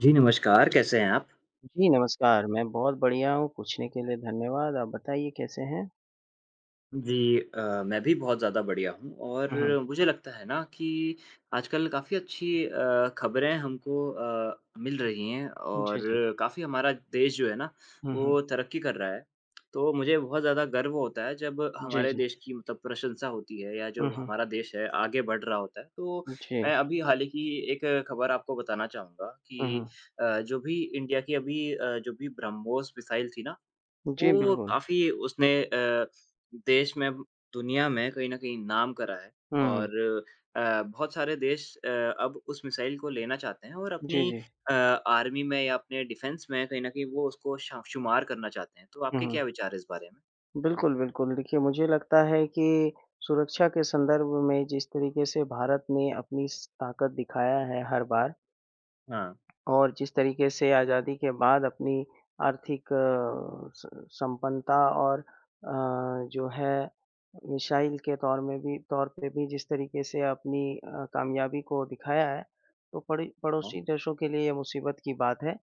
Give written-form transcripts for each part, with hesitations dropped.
जी, नमस्कार, कैसे हैं आप? जी, नमस्कार। मैं बहुत बढ़िया हूँ, पूछने के लिए धन्यवाद। आप बताइए कैसे हैं? जी मैं भी बहुत ज़्यादा बढ़िया हूँ और हुँ, हुँ। मुझे लगता है ना कि आजकल काफ़ी अच्छी खबरें हमको मिल रही हैं जी, और जी। काफ़ी हमारा देश जो है ना, हुँ, हुँ। वो तरक्की कर रहा है। तो मुझे बहुत ज़्यादा गर्व होता है जब जी, हमारे जी। देश की मतलब प्रशंसा होती है या हुँ, जो हुँ। हमारा देश है, आगे बढ़ रहा होता है। तो जी। मैं अभी हाल ही की एक खबर आपको बताना चाहूँगा हुँ, कि हुँ। जो भी इंडिया की अभी जो भी ब्रह्मोस मिसाइल थी ना जी, वो बिल्कुल। काफ़ी उसने देश में दुनिया में कहीं न कहीं नाम करा है हुँ, हुँ। और बहुत सारे देश अब उस मिसाइल को लेना चाहते हैं और अपनी जी, जी। आर्मी में या अपने डिफेंस में कहीं न कहीं वो उसको श शुमार करना चाहते हैं। तो हुँ, आपके हुँ। क्या विचार हैं इस बारे में? बिल्कुल, बिल्कुल। देखिए, मुझे लगता है कि सुरक्षा के संदर्भ में जिस तरीके से भारत ने अपनी स ताकत दिखाया है हर बार हाँ, और जिस तरीके से आज़ादी के बाद अपनी आर्थिक अ, स संपन्नता और जो है मिसाइल के तौर पे भी जिस तरीके से अपनी कामयाबी को दिखाया है, तो पड़ी हाँ, पड़ोसी देशों के लिए ये मुसीबत की बात है।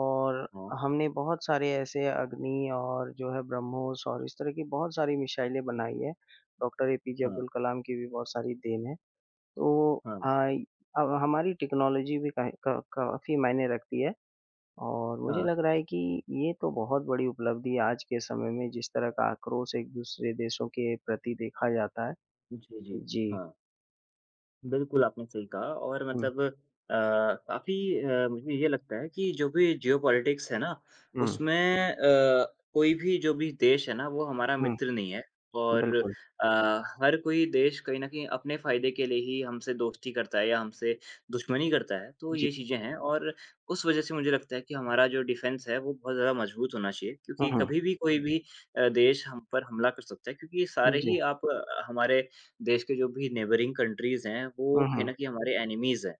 और हाँ, हमने बहुत सारे ऐसे अग्नि और जो है ब्रह्मोस और इस तरह की बहुत सारी मिसाइलें बनाई हैं। डॉक्टर एपीजे हाँ, अब्दुल कलाम की भी बहुत सारी देन है। तो हाँ, अ, अब हमारी टेक्नोलॉजी भी काहे का काफ़ी मायने रखती है और मुझे हाँ। लग रहा है कि ये तो बहुत बड़ी उपलब्धि है आज के समय में जिस तरह का आक्रोश एक-दूसरे देशों के प्रति देखा जाता जी, जी। है। जी। हाँ। बिल्कुल, आपने सही कहा और हुँ, मतलब काफ़ी मुझे ये लगता है कि जो भी जियोपॉलिटिक्स है ना, हुँ, उसमें कोई भी जो भी देश है ना, वो हमारा हुँ, मित्र नहीं है और बिल्कुल। अ, हर कोई देश कहीं न कहीं अपने फ़ायदे के लिए ही हमसे दोस्ती करता है या हमसे दुश्मनी करता है, तो जी। ये चीज़ें हैं और उस वज़ह से मुझे लगता है कि हमारा जो डिफेंस है, वो बहुत ज़्यादा मज़बूत होना चाहिए हुँ, क्योंकि हुँ। कभी भी कोई भी देश हम पर हमला कर सकता है क्योंकि सारे जी। ही आप हमारे देश के जो भी नेबरिंग कंट्रीज़ हैं, वो हुँ, कहीं हुँ। न कहीं हमारे एनिमीज़ हैं।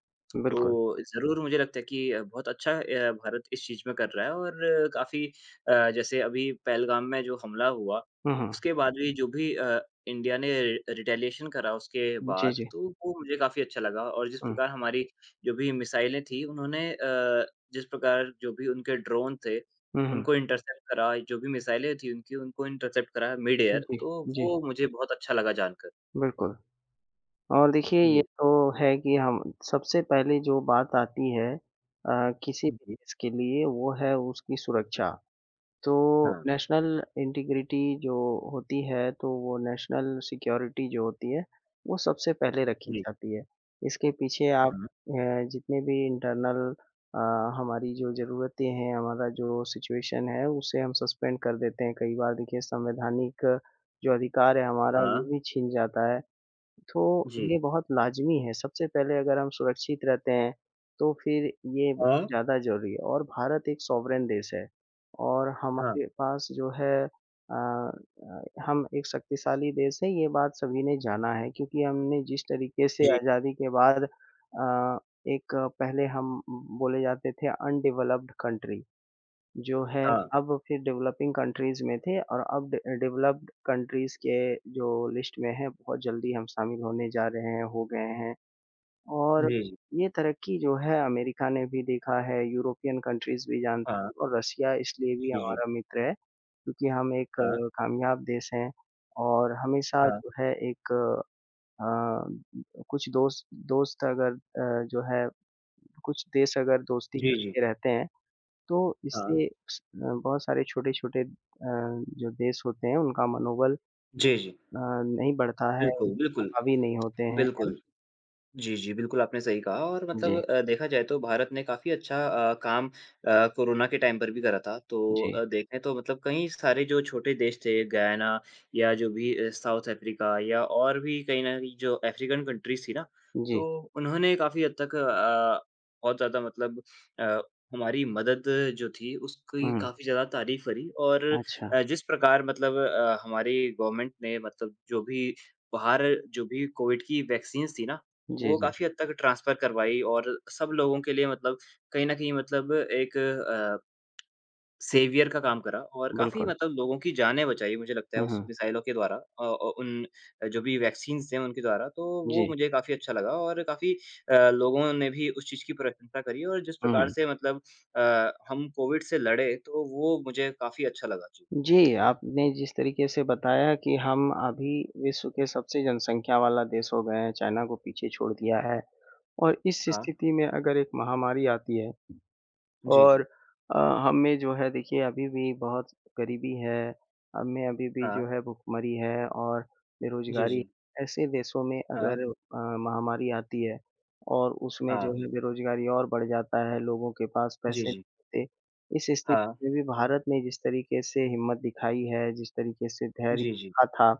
तो बिल्कुल। ज़रूर मुझे लगता है कि बहुत अच्छा भारत इस चीज़ में कर रहा है और काफ़ी जैसे अभी पहलगाम में जो हमला हुआ, हुँ, हुँ। उसके बाद भी जो भी इंडिया ने रिटेलिएशन करा उसके जी, बाद, जी। तो वो मुझे काफ़ी अच्छा लगा और जिस हुँ, प्रकार हमारी जो भी मिसाइलें थी, उन्होंने जिस प्रकार जो भी उनके ड्रोन थे, हुँ, हुँ। उनको इंटरसेप्ट करा, जो भी मिसाइलें थी उनकी, उनको इंटरसेप्ट करा मिड एयर, जी, तो जी, वो मुझे बहुत अच्छा लगा जानकर। बिल्कुल। और देखिए ये जी, तो है कि हम सबसे पहले जो बात आती है किसी भी जी, देश के लिए वो है उसकी सुरक्षा। तो हाँ, नेशनल इंटीग्रिटी जो होती है तो वो नेशनल सिक्योरिटी जो होती है वो सबसे पहले रखी जी, जाती है। इसके पीछे आप हाँ, जितने भी इंटरनल अ, हमारी जो ज़रूरतें हैं, हमारा जो सिचुएशन है उसे हम सस्पेंड कर देते हैं। कई बार देखिए संवैधानिक जो अधिकार है हमारा हाँ, वो भी छीन जाता है। तो जी, ये बहुत लाज़मी है, सबसे पहले अगर हम सुरक्षित रहते हैं, तो फिर ये बहुत हाँ, ज़्यादा ज़रूरी है और भारत एक सॉवरेन देश है और हाँ, हमारे पास जो है हम एक शक्तिशाली देश हैं, ये बात सभी ने जाना है क्योंकि हमने जिस तरीके से जी, आज़ादी के बाद एक पहले हम बोले जाते थे अनडेवलप्ड कंट्री जो है हाँ, अब फिर डेवलपिंग कंट्रीज़ में थे और अब डे डेवलप्ड कंट्रीज़ के जो लिस्ट में हैं, बहुत जल्दी हम शामिल होने जा रहे हैं, हो गए हैं। और जी, जी, ये तरक्की जो है अमेरिका ने भी देखा है, यूरोपियन कंट्रीज़ भी जानते हाँ, हैं और रशिया इसलिए भी जी, जी, हमारा मित्र है क्योंकि हम एक हाँ, कामयाब देश हैं और हमेशा हाँ, जो है एक कुछ दोस्त दोस्त अगर जो है कुछ देश अगर दोस्ती जी, जी, करके रहते हैं तो हाँ, इससे स बहुत सारे छोटे-छोटे जो देश होते हैं उनका मनोबल जी, जी, नहीं बढ़ता है, बिल्कुल, बिल्कुल, हावी नहीं होते हैं। बिल्कुल। जी, जी, बिल्कुल आपने सही कहा और मतलब जी, देखा जाए तो भारत ने काफ़ी अच्छा काम कोरोना के टाइम पर भी करा था। तो जी, देखें तो मतलब कई सारे जो छोटे देश थे, गयाना या जो भी साउथ अफ्रीका या और भी कहीं न कहीं जो अफ्रीकन कंट्रीज़ थी ना, जी। तो उन्होंने काफ़ी हद तक बहुत ज़्यादा मतलब अ, हमारी मदद जो थी, उसकी हुँ, काफ़ी ज़्यादा तारीफ़ करी और अच्छा। जिस प्रकार मतलब हमारी गवर्नमेंट ने मतलब जो भी बाहर जो भी कोविड की वैक्सीन्स थी ना जी, वो जी, काफ़ी हद तक ट्रांसफ़र करवाई और सब लोगों के लिए मतलब कहीं न कहीं मतलब एक सेवियर का काम करा और काफ़ी बिल्कुल। मतलब लोगों की जानें बचाई मुझे लगता है हुँ, उस हुँ। मिसाइलों के द्वारा उन जो भी वैक्सीन्स थे उनके द्वारा, तो वो जी। मुझे काफ़ी अच्छा लगा और काफ़ी लोगों ने भी उस चीज़ की प्रशंसा करी और जिस हुँ, प्रकार हुँ। से मतलब हम कोविड से लड़े तो वो मुझे काफ़ी अच्छा लगा। जी। जी, आपने जिस तरीके से बताया कि हम अभी विश्व के सबसे जनसंख्या वाला देश हो गए हैं, चाइना को पीछे छोड़ दिया है और इस हाँ। स्थिति में अगर एक महामारी आती है जी, और जी। अ, हमें जो है देखिए अभी भी बहुत गरीबी है, हमें अभी भी जो हाँ। है भुखमरी है और जी, बेरोज़गारी। जी। ऐसे देशों में हाँ। अगर महामारी आती है और उसमें जो हाँ। है बेरोज़गारी और बढ़ जाता है, लोगों के पास जी, पैसे जी। नहीं होते। इस हाँ। स्थिति में भी भारत ने जिस तरीके से हिम्मत दिखाई है, जिस तरीके से धैर्य जी, जी। रखा था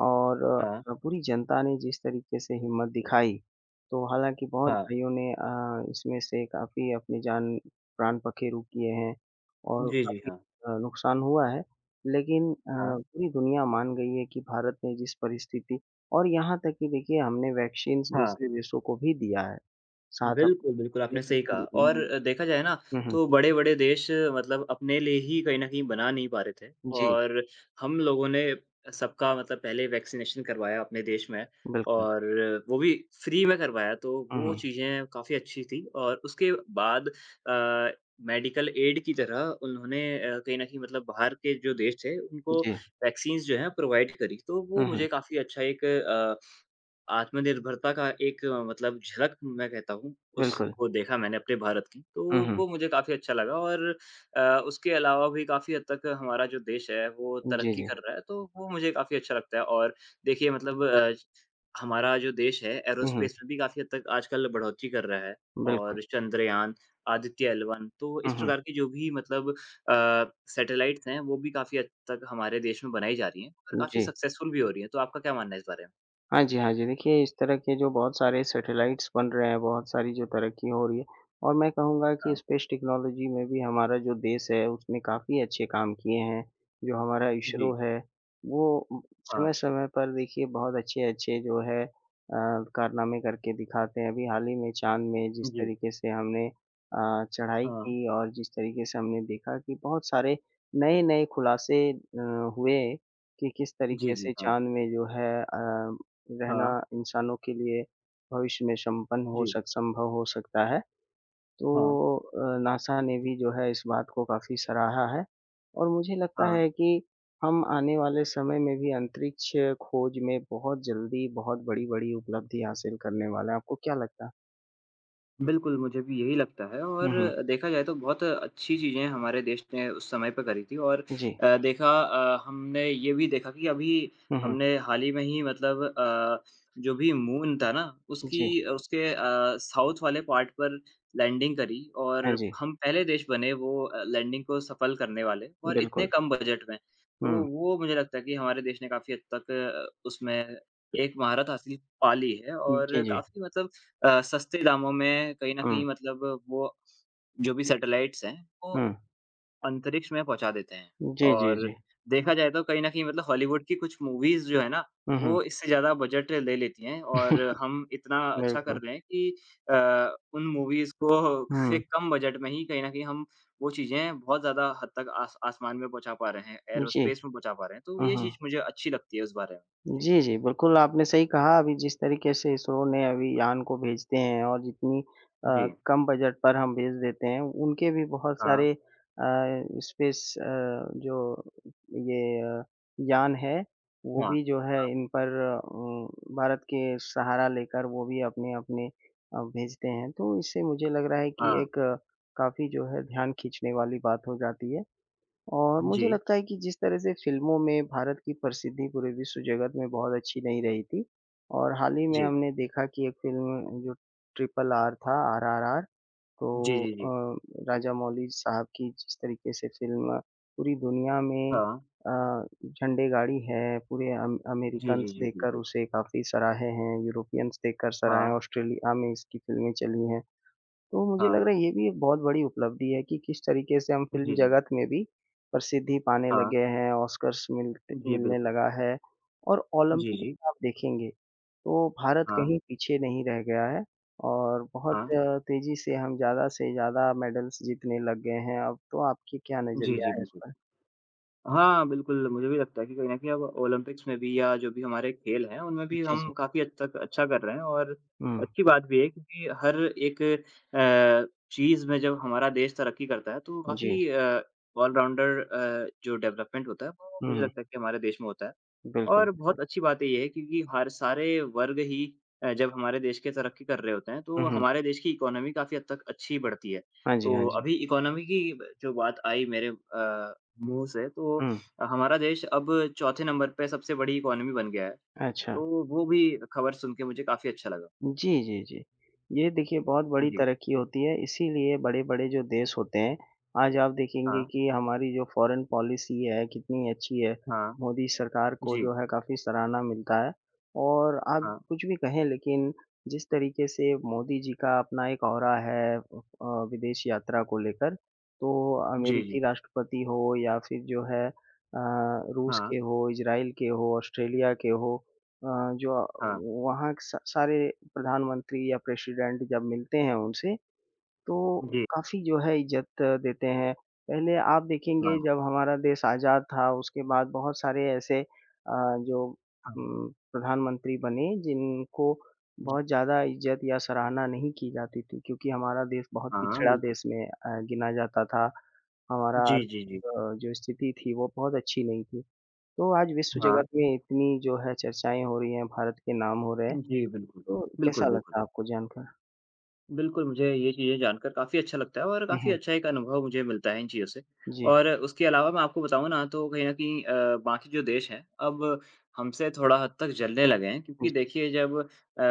और हाँ। पूरी जनता ने जिस तरीके से हिम्मत दिखाई, तो हालाँकि बहुत हाँ। भाइयों ने इसमें से काफ़ी अपनी जान प्राण पखेरु किए हैं और जी, जी। काफ़ी हाँ। नुकसान हुआ है। लेकिन हाँ, पूरी दुनिया मान गई है कि भारत ने जिस परिस्थिति और यहाँ तक कि देखिए हमने वैक्सीन्स हाँ। दूसरे देशों को भी दिया है। साथ बिल्कुल, बिल्कुल, अपने आपने सही कहा और देखा जाए ना हुँ, हुँ। तो बड़े-बड़े देश मतलब अपने लिए ही कहीं न कहीं बना नहीं पा रहे थे जी, और हम लोगों ने सबका मतलब पहले वैक्सीनेशन करवाया अपने देश में बिल्कुल। और वो भी फ्री में करवाया तो हुँ, वो हुँ। चीज़ें काफ़ी अच्छी थी और उसके बाद अ, मेडिकल एड की तरह उन्होंने कहीं न कहीं मतलब बाहर के जो देश थे उनको जी। वैक्सीन्स जो हैं प्रोवाइड करी। तो वो हुँ, मुझे हुँ। काफ़ी अच्छा एक आत्मनिर्भरता का एक मतलब झलक मैं कहता हूँ, बिल्कुल। उसको देखा मैंने अपने भारत की, हुँ, तो हुँ। वो मुझे काफ़ी अच्छा लगा और अ, उसके अलावा भी काफ़ी हद तक हमारा जो देश है, वो जी, तरक्की जी। कर रहा है, तो वो मुझे काफ़ी अच्छा लगता है और देखिए मतलब हमारा जो देश है, हुँ, हुँ। एरोस्पेस में भी काफ़ी हद तक आजकल बढ़ोतरी कर रहा है बिल्कुल। और चंद्रयान, आदित्य एल-1 तो इस हुँ, हुँ। प्रकार की जो भी मतलब सैटेलाइट्स हैं, वो भी काफ़ी हद तक हमारे देश में बनाई जा रही हैं और काफ़ी जी। सक्सेसफुल भी हो रही हैं, तो आपका क्या मानना है इस बारे में? हाँ जी, हाँ जी। देखिए, इस तरह के जो बहुत सारे सैटेलाइट्स बन रहे हैं, बहुत सारी जो तरक्की हो रही है और मैं कहूँगा कि हाँ, स्पेस टेक्नोलॉजी में भी हमारा जो देश है, उसने काफ़ी अच्छे काम किए हैं। जो हमारा इसरो जी। है, वो हाँ, समय-समय पर देखिए बहुत अच्छे-अच्छे जो है कारनामे करके दिखाते हैं। अभी हाल ही में चाँद में जिस जी। तरीके से हमने चढ़ाई हाँ। की और जिस तरीके से हमने देखा कि बहुत सारे नए-नए खुलासे हुए कि किस जी, तरीके जी, से हाँ। चाँद में जो है रहना हाँ, इंसानों के लिए भविष्य में संपन्न हो जी। सक संभव हो सकता है। तो हाँ, नासा ने भी जो है इस बात को काफ़ी सराहा है और मुझे लगता हाँ। है कि हम आने वाले समय में भी अंतरिक्ष खोज में बहुत जल्दी बहुत बड़ी-बड़ी उपलब्धि हासिल करने वाले हैं। आपको क्या लगता है? बिल्कुल, मुझे भी यही लगता है और हुँ, हुँ। देखा जाए तो बहुत अच्छी चीज़ें हमारे देश ने उस समय पे करी थी और जी। हमने ये भी देखा कि अभी हुँ, हुँ। हमने हाल ही में ही मतलब जो भी मून था ना, उसकी जी। उसके साउथ वाले पार्ट पर लैंडिंग करी हाँ और जी, हम पहले देश बने वो लैंडिंग को सफल करने वाले और इतने बिल्कुल। कम बजट में। तो हुँ। वो मुझे लगता है कि हमारे देश ने काफ़ी हद तक उसमें एक महारत हासिल पा ली है जी, और जी। काफ़ी मतलब सस्ते दामों में कहीं न हुँ, कहीं मतलब वो जो भी सैटेलाइट्स हैं, वो हुँ। अंतरिक्ष में पहुँचा देते हैं। जी, जी, और जी। देखा जाए तो कहीं न कहीं मतलब हॉलीवुड की कुछ मूवीज़ जो है ना, हुँ, हुँ। वो इससे ज़्यादा बजट ले लेती हैं और हम इतना अच्छा कर बिल्कुल। रहे हैं कि उन मूवीज़ को से हुँ, कम बजट में ही कहीं न कहीं हम वो चीज़ें बहुत ज़्यादा हद तक आस आसमान में पहुँचा पा रहे हैं, जी। एयरोस्पेस में पहुँचा पा रहे हैं। तो हुँ, ये हुँ। चीज़ मुझे अच्छी लगती है उस बारे में। जी। जी, जी। बिल्कुल, आपने सही कहा अभी जिस तरीके से इसरो ने अभी यान को भेजते हैं और जितनी जी। कम बजट पर हम भेज देते हैं, उनके भी बहुत हाँ। सारे स्पेस जो ये यान है, वो हाँ। भी जो है हाँ। इन पर उम, भारत के सहारा लेकर वो भी अपने-अपने भेजते हैं। तो इससे मुझे लग रहा है कि हाँ। एक काफ़ी जो है ध्यान खींचने वाली बात हो जाती है। और मुझे जी। लगता है कि जिस तरह से फ़िल्मों में भारत की प्रसिद्धि पूरे विश्व जगत में बहुत अच्छी नहीं रही थी और हाल ही में जी। हमने देखा कि एक फ़िल्म जो ट्रिपल आर था, आरआरआर, जी, तो जी, जी। राजामौली साहब की जिस तरीके से फ़िल्म पूरी दुनिया में हाँ। झंडे गाड़ी है, पूरे अम जी, जी, अमेरिकन्स जी, देखकर बिल्कुल। उसे काफ़ी सराहे हैं, यूरोपियंस देखकर सराहे हाँ, हैं, ऑस्ट्रेलिया में इसकी फ़िल्में चली हैं। तो मुझे हाँ। लग रहा है ये भी एक बहुत बड़ी उपलब्धि है कि किस तरीके से हम फ़िल्म जी, जी। जगत में भी प्रसिद्धि पाने हाँ। लगे हैं, ऑस्कर्स मिलते जी, मिलने बिल्कुल। लगा है और जी, ओलंपिक जी। में आप देखेंगे, तो भारत हाँ, कहीं पीछे नहीं रह गया है और बहुत हाँ। तेज़ी से हम ज़्यादा से ज़्यादा मेडल्स जीतने लग गए हैं अब, तो आपकी क्या जी, जी, नज़रिया है इस बिल्कुल। पर? हाँ, बिल्कुल, मुझे भी लगता है कि कहीं न कहीं अब ओलंपिक्स में भी या जो भी हमारे खेल हैं, उनमें भी जी, हम जी। काफ़ी हद तक अच्छा कर रहे हैं और हुँ, अच्छी बात भी है क्योंकि हर एक चीज़ में जब हमारा देश तरक्की करता है, तो जी। काफ़ी ऑल राउंडर जो डेवलपमेंट होता है, वो मुझे हुँ, लगता है कि हमारे देश में होता है। बिल्कुल, और बिल्कुल। बहुत अच्छी बात ये है क्योंकि हर सारे वर्ग ही जब हमारे देश के तरक्की कर रहे होते हैं, हुँ, तो हुँ। हमारे देश की इकोनॉमी काफ़ी हद तक अच्छी बढ़ती है। हाँ जी, तो हाँ जी। अभी इकोनॉमी की ब जो बात आई मेरे मुँह से तो हुँ, हमारा देश अब चौथे नंबर पे सबसे बड़ी इकोनॉमी बन गया है। अच्छा। तो वो भी खबर सुन के मुझे काफ़ी अच्छा लगा। जी, जी, जी। ये देखिए बहुत बड़ी जी। तरक्की होती है, इसीलिए बड़े-बड़े जो देश होते हैं, आज आप देखेंगे हाँ, कि हमारी जो फ़ॉरेन पॉलिसी है, कितनी अच्छी है। हाँ, मोदी सरकार को जी, जो है काफ़ी सराहना मिलता है और आप हाँ, कुछ भी कहें लेकिन जिस तरीके से मोदी जी का अपना एक ऑरा है विदेश यात्रा को लेकर, तो जी, जी, अमेरिकी राष्ट्रपति हो या फिर जो है रूस हाँ, के हो, इज़राइल के हो, ऑस्ट्रेलिया के हो, अ, जो हाँ, वहाँ के स सारे प्रधानमंत्री या प्रेसिडेंट जब मिलते हैं उनसे, तो जी, काफ़ी जो है इज़्ज़त देते हैं। पहले आप हाँ, देखेंगे जब हमारा देश आज़ाद था, उसके बाद बहुत सारे ऐसे जो हाँ, उम, प्रधानमंत्री बने जिनको जी, बहुत ज़्यादा इज़्ज़त या सराहना नहीं की जाती थी क्योंकि हमारा देश बहुत हाँ, पिछड़ा बिल्कुल। देश में गिना जाता था। हमारा जी, अर्थ जी, जी, जो स्थिति थी वो बहुत अच्छी नहीं थी। तो आज विश्व हाँ, जगत में इतनी जो है चर्चाएँ हो रही हैं, भारत के नाम हो रहे हैं, जी, बिल्कुल। तो बिल्कुल, कैसा बिल्कुल। लगता है आपको जानकर? बिल्कुल, मुझे ये चीज़ें जानकर काफ़ी अच्छा लगता है और हुँ, काफ़ी हुँ। अच्छा एक अनुभव मुझे मिलता है इन चीज़ों से। जी, और उसके अलावा मैं आपको बताऊँ ना तो कहीं न कहीं बाकी जो देश हैं, अब हमसे थोड़ा हद तक जलने लगे हैं क्योंकि जी। देखिए जब अ,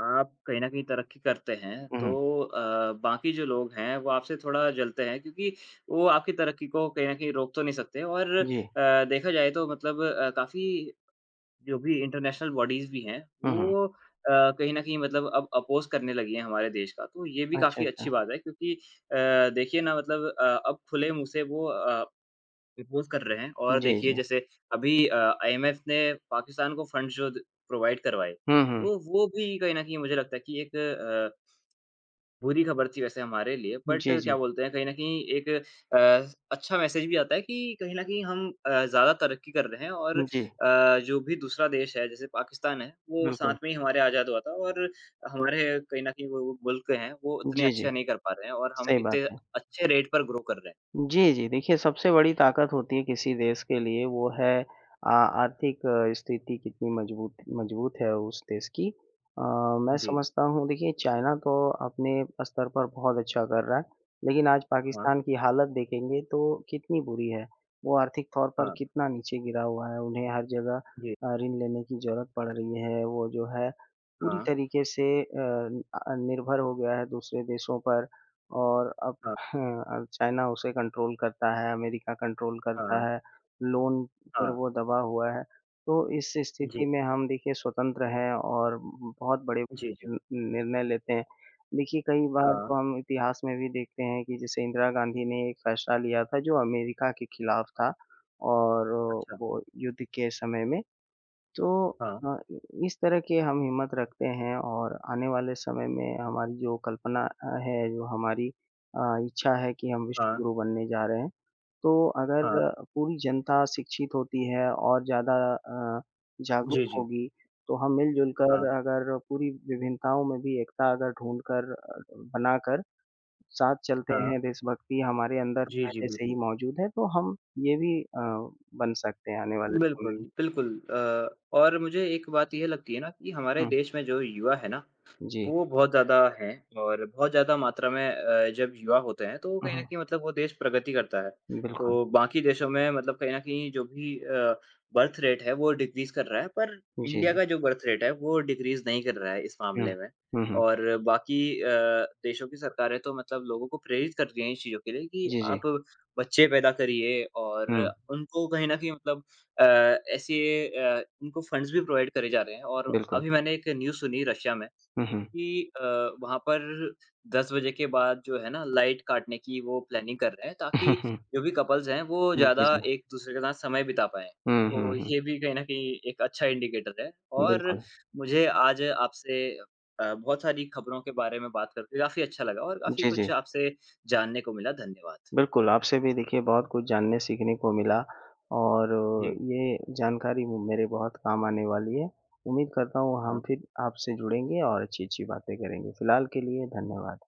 आप कहीं न कहीं तरक्की करते हैं हुँ, हुँ। तो बाकी जो लोग हैं वो आपसे थोड़ा जलते हैं क्योंकि वो आपकी तरक्की को कहीं न कहीं रोक तो नहीं सकते और जी। देखा जाए तो मतलब काफ़ी जो भी इंटरनेशनल बॉडीज़ भी हैं, हुँ, हुँ। वो अ, कहीं न कहीं मतलब अब अपोज़ करने लगी हैं हमारे देश का। तो ये भी अच्छा, काफ़ी अच्छी अच्छा। बात है क्योंकि अ, देखिए ना मतलब अब खुले मुँह से वो अपोज़ कर रहे हैं और जी, देखिए जी। जैसे अभी आईएमएफ ने पाकिस्तान को फंड्स जो द प्रोवाइड करवाए, हुँ, हुँ। तो वो भी कहीं न कहीं मुझे लगता है कि एक बुरी खबर थी वैसे हमारे लिए बट जी, क्या जी। बोलते हैं कहीं न कहीं एक अ, अच्छा मैसेज भी आता है कि कहीं न कहीं हम ज़्यादा तरक्की कर रहे हैं और जी, जो भी दूसरा देश है जैसे पाकिस्तान है, वो साथ बिल्कुल। में ही हमारे आज़ाद हुआ था और हमारे कहीं न कहीं वो मुल्क हैं, वो इतने जी, जी। अच्छा नहीं कर पा रहे हैं और हम सही बात इतने है। अच्छे रेट पर ग्रो कर रहे हैं। जी, जी। देखिए सबसे बड़ी ताकत होती है किसी देश के लिए वो है आ आर्थिक स्थिति कितनी मजबूत मजबूत है उस देश की। मैं जी, समझता हूँ देखिए चाइना तो अपने स्तर पर बहुत अच्छा कर रहा है, लेकिन आज हाँ, पाकिस्तान की हालत देखेंगे तो कितनी बुरी है। वो आर्थिक तौर पर हाँ, कितना नीचे गिरा हुआ है, उन्हें हर जगह जी, ऋण लेने की ज़रूरत पड़ रही है। वो जो है पूरी हाँ, तरीके से निर्भर हो गया है दूसरे देशों पर और अब हाँ, हाँ, चाइना उसे कंट्रोल करता है, अमेरिका कंट्रोल करता हाँ, है, लोन पर हाँ, वो दबा हुआ है। तो इस जी, स्थिति में हम देखिए स्वतंत्र हैं और बहुत बड़े जी, जी, नि निर्णय लेते हैं। देखिए कई बार हाँ, तो हम इतिहास में भी देखते हैं कि जैसे इंदिरा गांधी ने एक फैसला लिया था जो अमेरिका के खिलाफ था और अच्छा, वो युद्ध के समय में तो हाँ, अ, इस तरह के हम हिम्मत रखते हैं और आने वाले समय में हमारी जो कल्पना है, जो हमारी अ, इच्छा है कि हम विश्व हाँ, गुरु बनने जा रहे हैं, तो अगर हाँ, पूरी जनता शिक्षित होती है और ज़्यादा जागरूक जी, जी, होगी, तो हम मिल-जुल हाँ, कर अगर पूरी विभिन्नताओं में भी एकता अगर ढूँढ कर बनाकर साथ चलते हाँ, हैं, देशभक्ति हमारे अंदर जी, जी, पहले से ही बिल्कुल। मौजूद है, तो हम ये भी बन सकते हैं आने वाले समय बिल्कुल, में। बिल्कुल और मुझे एक बात ये लगती है ना कि हमारे हुँ, देश में जो युवा है ना, जी। वो बहुत ज़्यादा हैं और बहुत ज़्यादा मात्रा में जब युवा होते हैं तो हुँ, कहीं न हुँ। कहीं मतलब वो देश प्रगति करता है। बिल्कुल, तो बाकी देशों में मतलब कहीं न कहीं जो भी बर्थ रेट है वो डिक्रीज़ कर रहा है पर जी, इंडिया जी। का जो बर्थ रेट है वो डिक्रीज़ नहीं कर रहा है इस मामले हुँ, में। हुँ, हुँ। और बाकी देशों की सरकारें तो मतलब लोगों को प्रेरित कर रही हैं इन चीज़ों के लिए कि जी, जी। आप बच्चे पैदा करिए और हुँ, उनको कहीं न कहीं मतलब अ, ऐसे उनको फंड्स भी प्रोवाइड करे जा रहे हैं और बिल्कुल। अभी मैंने एक न्यूज़ सुनी रशिया में हुँ, हुँ। कि वहाँ पर 10 बजे के बाद जो है ना लाइट काटने की वो प्लानिंग कर रहे हैं ताकि जो भी कपल्स हैं वो जी, ज़्यादा जी। एक-दूसरे के साथ समय बिता पाएँ। हुँ, हुँ, तो हुँ। ये भी कहीं न कहीं एक अच्छा इंडिकेटर है और बिल्कुल। मुझे आज आपसे बहुत सारी खबरों के बारे में बात करके काफ़ी अच्छा लगा और काफ़ी जी, जी। कुछ आपसे जानने को मिला। धन्यवाद। बिल्कुल, आपसे भी देखिए बहुत कुछ जानने सीखने को मिला और जी, ये जानकारी मेरे बहुत काम आने वाली है। उम्मीद करता हूँ हम हाँ। फिर आपसे जुड़ेंगे और अच्छी-अच्छी बातें करेंगे। फिलहाल के लिए धन्यवाद।